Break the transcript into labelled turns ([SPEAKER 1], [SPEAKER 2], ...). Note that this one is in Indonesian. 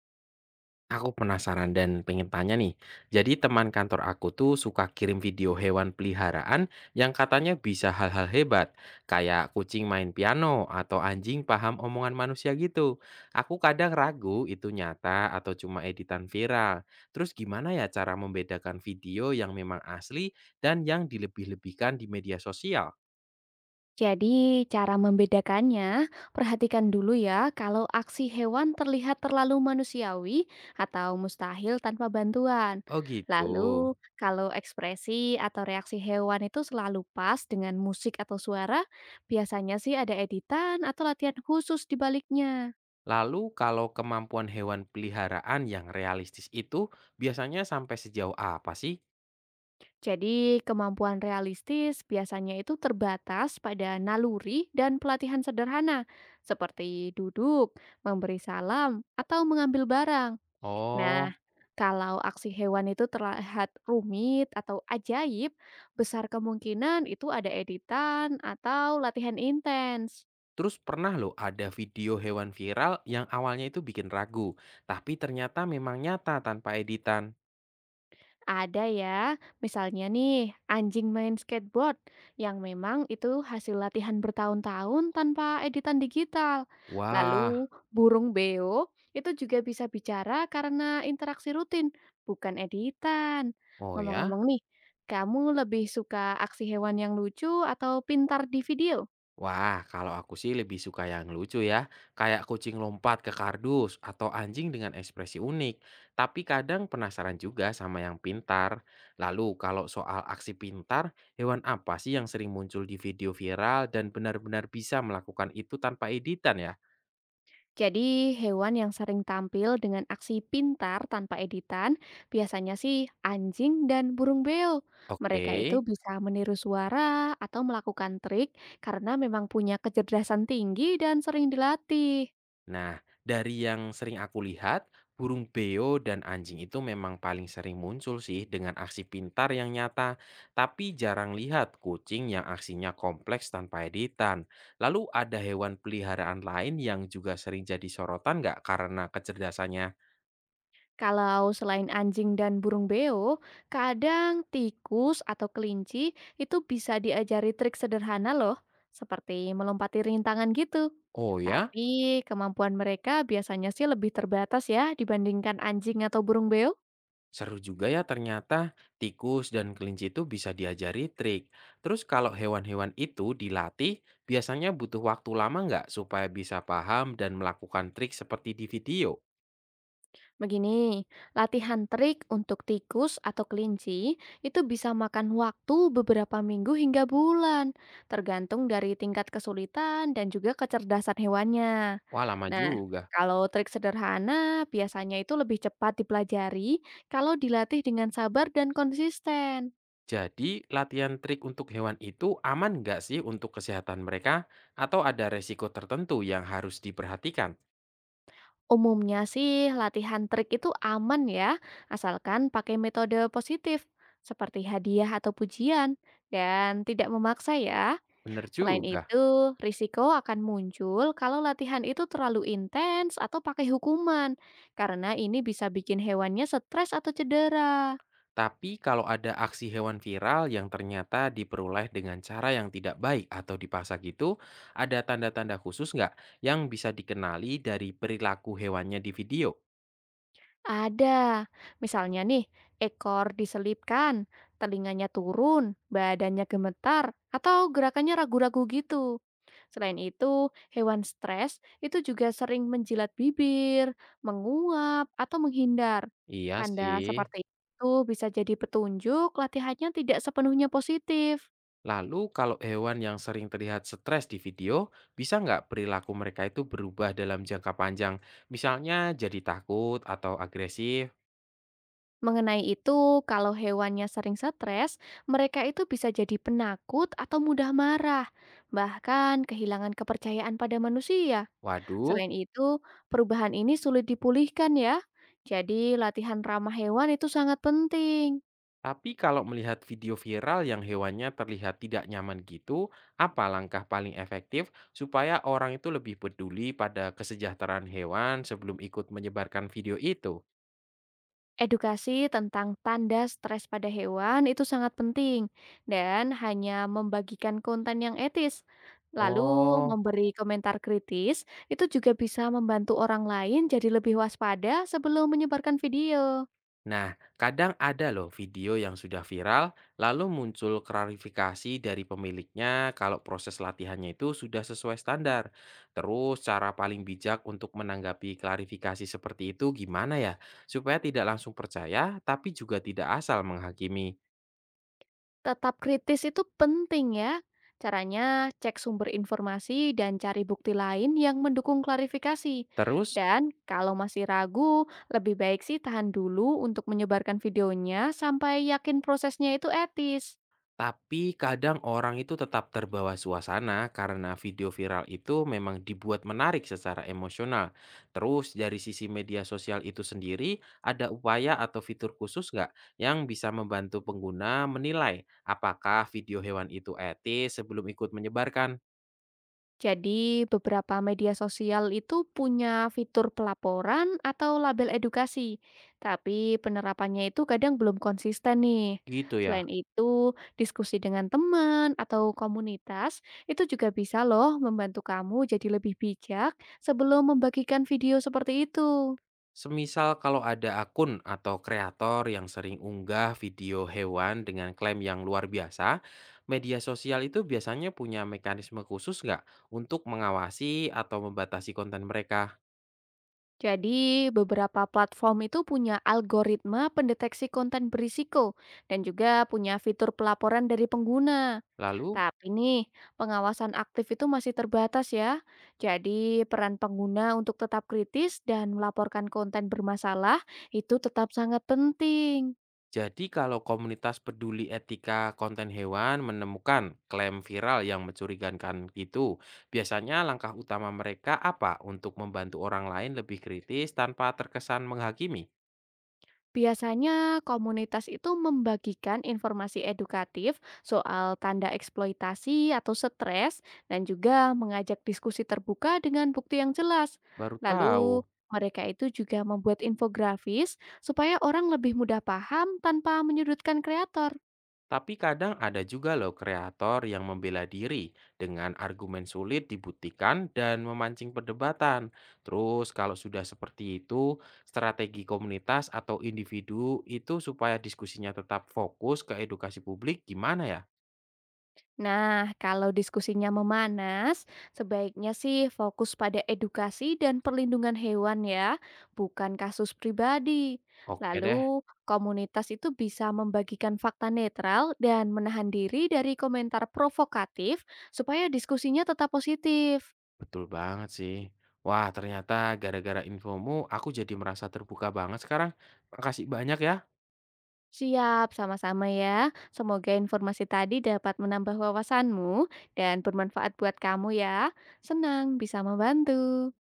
[SPEAKER 1] Aku penasaran dan pengen tanya nih. Jadi teman kantor aku tuh suka kirim video hewan peliharaan yang katanya bisa hal-hal hebat, kayak kucing main piano atau anjing paham omongan manusia gitu. Aku kadang ragu itu nyata atau cuma editan viral. Terus gimana ya cara membedakan video yang memang asli dan yang dilebih-lebihkan di media sosial?
[SPEAKER 2] Jadi, cara membedakannya, perhatikan dulu ya kalau aksi hewan terlihat terlalu manusiawi atau mustahil tanpa bantuan.
[SPEAKER 1] Oh gitu.
[SPEAKER 2] Lalu, kalau ekspresi atau reaksi hewan itu selalu pas dengan musik atau suara, biasanya sih ada editan atau latihan khusus di baliknya.
[SPEAKER 1] Lalu kalau kemampuan hewan peliharaan yang realistis itu biasanya sampai sejauh apa sih?
[SPEAKER 2] Jadi, kemampuan realistis biasanya itu terbatas pada naluri dan pelatihan sederhana, seperti duduk, memberi salam, atau mengambil barang. Nah,
[SPEAKER 1] Oh,
[SPEAKER 2] kalau aksi hewan itu terlihat rumit atau ajaib, besar kemungkinan itu ada editan atau latihan intens.
[SPEAKER 1] terus pernah loh ada video hewan viral yang awalnya itu bikin ragu, tapi ternyata memang nyata tanpa editan.
[SPEAKER 2] Ada ya, misalnya nih anjing main skateboard yang memang itu hasil latihan bertahun-tahun tanpa editan digital.
[SPEAKER 1] Wah,
[SPEAKER 2] Lalu burung beo itu juga bisa bicara karena interaksi rutin, bukan editan.
[SPEAKER 1] oh ya?
[SPEAKER 2] Ngomong-ngomong nih, kamu lebih suka aksi hewan yang lucu atau pintar di video?
[SPEAKER 1] Wah, kalau aku sih lebih suka yang lucu ya, kayak kucing lompat ke kardus atau anjing dengan ekspresi unik. Tapi kadang penasaran juga sama yang pintar. Lalu kalau soal aksi pintar, hewan apa sih yang sering muncul di video viral dan benar-benar bisa melakukan itu tanpa editan ya?
[SPEAKER 2] Jadi, hewan yang sering tampil dengan aksi pintar tanpa editan biasanya sih anjing dan burung beo.
[SPEAKER 1] Oke.
[SPEAKER 2] Mereka itu bisa meniru suara atau melakukan trik karena memang punya kecerdasan tinggi dan sering dilatih.
[SPEAKER 1] Nah, dari yang sering aku lihat, burung beo dan anjing itu memang paling sering muncul sih dengan aksi pintar yang nyata, tapi jarang lihat kucing yang aksinya kompleks tanpa editan. Lalu ada hewan peliharaan lain yang juga sering jadi sorotan nggak karena kecerdasannya?
[SPEAKER 2] Kalau selain anjing dan burung beo, kadang tikus atau kelinci itu bisa diajari trik sederhana loh, seperti melompati rintangan gitu.
[SPEAKER 1] Oh ya?
[SPEAKER 2] Tapi kemampuan mereka biasanya sih lebih terbatas ya dibandingkan anjing atau burung beo.
[SPEAKER 1] Seru juga ya ternyata tikus dan kelinci itu bisa diajari trik. Terus kalau hewan-hewan itu dilatih, biasanya butuh waktu lama nggak supaya bisa paham dan melakukan trik seperti di video?
[SPEAKER 2] Begini, latihan trik untuk tikus atau kelinci itu bisa makan waktu beberapa minggu hingga bulan, tergantung dari tingkat kesulitan dan juga kecerdasan hewannya.
[SPEAKER 1] Wah lama
[SPEAKER 2] Nah,
[SPEAKER 1] juga.
[SPEAKER 2] kalau trik sederhana biasanya itu lebih cepat dipelajari kalau dilatih dengan sabar dan konsisten.
[SPEAKER 1] Jadi latihan trik untuk hewan itu aman nggak sih untuk kesehatan mereka? Atau ada resiko tertentu yang harus diperhatikan?
[SPEAKER 2] Umumnya sih latihan trik itu aman ya, asalkan pakai metode positif seperti hadiah atau pujian dan tidak memaksa ya.
[SPEAKER 1] Bener
[SPEAKER 2] Selain
[SPEAKER 1] juga.
[SPEAKER 2] itu, risiko akan muncul kalau latihan itu terlalu intens atau pakai hukuman, karena ini bisa bikin hewannya stres atau cedera.
[SPEAKER 1] Tapi kalau ada aksi hewan viral yang ternyata diperoleh dengan cara yang tidak baik atau dipaksa gitu, ada tanda-tanda khusus nggak yang bisa dikenali dari perilaku hewannya di video?
[SPEAKER 2] Ada. Misalnya nih, ekor diselipkan, telinganya turun, badannya gemetar, atau gerakannya ragu-ragu gitu. Selain itu, hewan stres itu juga sering menjilat bibir, menguap, atau menghindar.
[SPEAKER 1] Iya
[SPEAKER 2] Tanda
[SPEAKER 1] sih.
[SPEAKER 2] seperti itu bisa jadi petunjuk latihannya tidak sepenuhnya positif.
[SPEAKER 1] Lalu kalau hewan yang sering terlihat stres di video, bisa nggak perilaku mereka itu berubah dalam jangka panjang? Misalnya jadi takut atau agresif?
[SPEAKER 2] Mengenai itu, kalau hewannya sering stres, mereka itu bisa jadi penakut atau mudah marah, bahkan kehilangan kepercayaan pada manusia.
[SPEAKER 1] Waduh,
[SPEAKER 2] Selain itu, perubahan ini sulit dipulihkan ya. Jadi, latihan ramah hewan itu sangat penting.
[SPEAKER 1] tapi kalau melihat video viral yang hewannya terlihat tidak nyaman gitu, apa langkah paling efektif supaya orang itu lebih peduli pada kesejahteraan hewan sebelum ikut menyebarkan video itu?
[SPEAKER 2] Edukasi tentang tanda stres pada hewan itu sangat penting dan hanya membagikan konten yang etis. Lalu
[SPEAKER 1] Oh.
[SPEAKER 2] memberi komentar kritis itu juga bisa membantu orang lain jadi lebih waspada sebelum menyebarkan video.
[SPEAKER 1] Nah, kadang ada loh video yang sudah viral, lalu muncul klarifikasi dari pemiliknya kalau proses latihannya itu sudah sesuai standar. Terus, cara paling bijak untuk menanggapi klarifikasi seperti itu gimana ya? Supaya tidak langsung percaya, tapi juga tidak asal menghakimi.
[SPEAKER 2] Tetap kritis itu penting ya. Caranya cek sumber informasi dan cari bukti lain yang mendukung klarifikasi.
[SPEAKER 1] Terus,
[SPEAKER 2] Dan kalau masih ragu, lebih baik sih tahan dulu untuk menyebarkan videonya sampai yakin prosesnya itu etis.
[SPEAKER 1] tapi kadang orang itu tetap terbawa suasana karena video viral itu memang dibuat menarik secara emosional. Terus dari sisi media sosial itu sendiri, ada upaya atau fitur khusus nggak yang bisa membantu pengguna menilai apakah video hewan itu etis sebelum ikut menyebarkan?
[SPEAKER 2] Jadi, beberapa media sosial itu punya fitur pelaporan atau label edukasi, tapi penerapannya itu kadang belum konsisten nih.
[SPEAKER 1] Gitu ya.
[SPEAKER 2] Selain itu, diskusi dengan teman atau komunitas itu juga bisa loh membantu kamu jadi lebih bijak sebelum membagikan video seperti itu.
[SPEAKER 1] Semisal kalau ada akun atau kreator yang sering unggah video hewan dengan klaim yang luar biasa, media sosial itu biasanya punya mekanisme khusus nggak untuk mengawasi atau membatasi konten mereka?
[SPEAKER 2] Jadi, beberapa platform itu punya algoritma pendeteksi konten berisiko dan juga punya fitur pelaporan dari pengguna.
[SPEAKER 1] Lalu,
[SPEAKER 2] Tapi nih, pengawasan aktif itu masih terbatas ya. Jadi, peran pengguna untuk tetap kritis dan melaporkan konten bermasalah itu tetap sangat penting.
[SPEAKER 1] jadi kalau komunitas peduli etika konten hewan menemukan klaim viral yang mencurigakan itu, biasanya langkah utama mereka apa untuk membantu orang lain lebih kritis tanpa terkesan menghakimi?
[SPEAKER 2] Biasanya komunitas itu membagikan informasi edukatif soal tanda eksploitasi atau stres dan juga mengajak diskusi terbuka dengan bukti yang jelas.
[SPEAKER 1] Baru tahu.
[SPEAKER 2] Lalu mereka itu juga membuat infografis supaya orang lebih mudah paham tanpa menyudutkan kreator.
[SPEAKER 1] Tapi kadang ada juga loh kreator yang membela diri dengan argumen sulit dibuktikan dan memancing perdebatan. Terus kalau sudah seperti itu, strategi komunitas atau individu itu supaya diskusinya tetap fokus ke edukasi publik gimana ya?
[SPEAKER 2] Nah, kalau diskusinya memanas, sebaiknya sih fokus pada edukasi dan perlindungan hewan ya, bukan kasus pribadi.
[SPEAKER 1] Oke deh,
[SPEAKER 2] Lalu, komunitas itu bisa membagikan fakta netral dan menahan diri dari komentar provokatif supaya diskusinya tetap positif.
[SPEAKER 1] betul banget sih. Wah, ternyata gara-gara infomu aku jadi merasa terbuka banget sekarang. Makasih banyak ya.
[SPEAKER 2] Siap, sama-sama ya. Semoga informasi tadi dapat menambah wawasanmu dan bermanfaat buat kamu ya. Senang bisa membantu.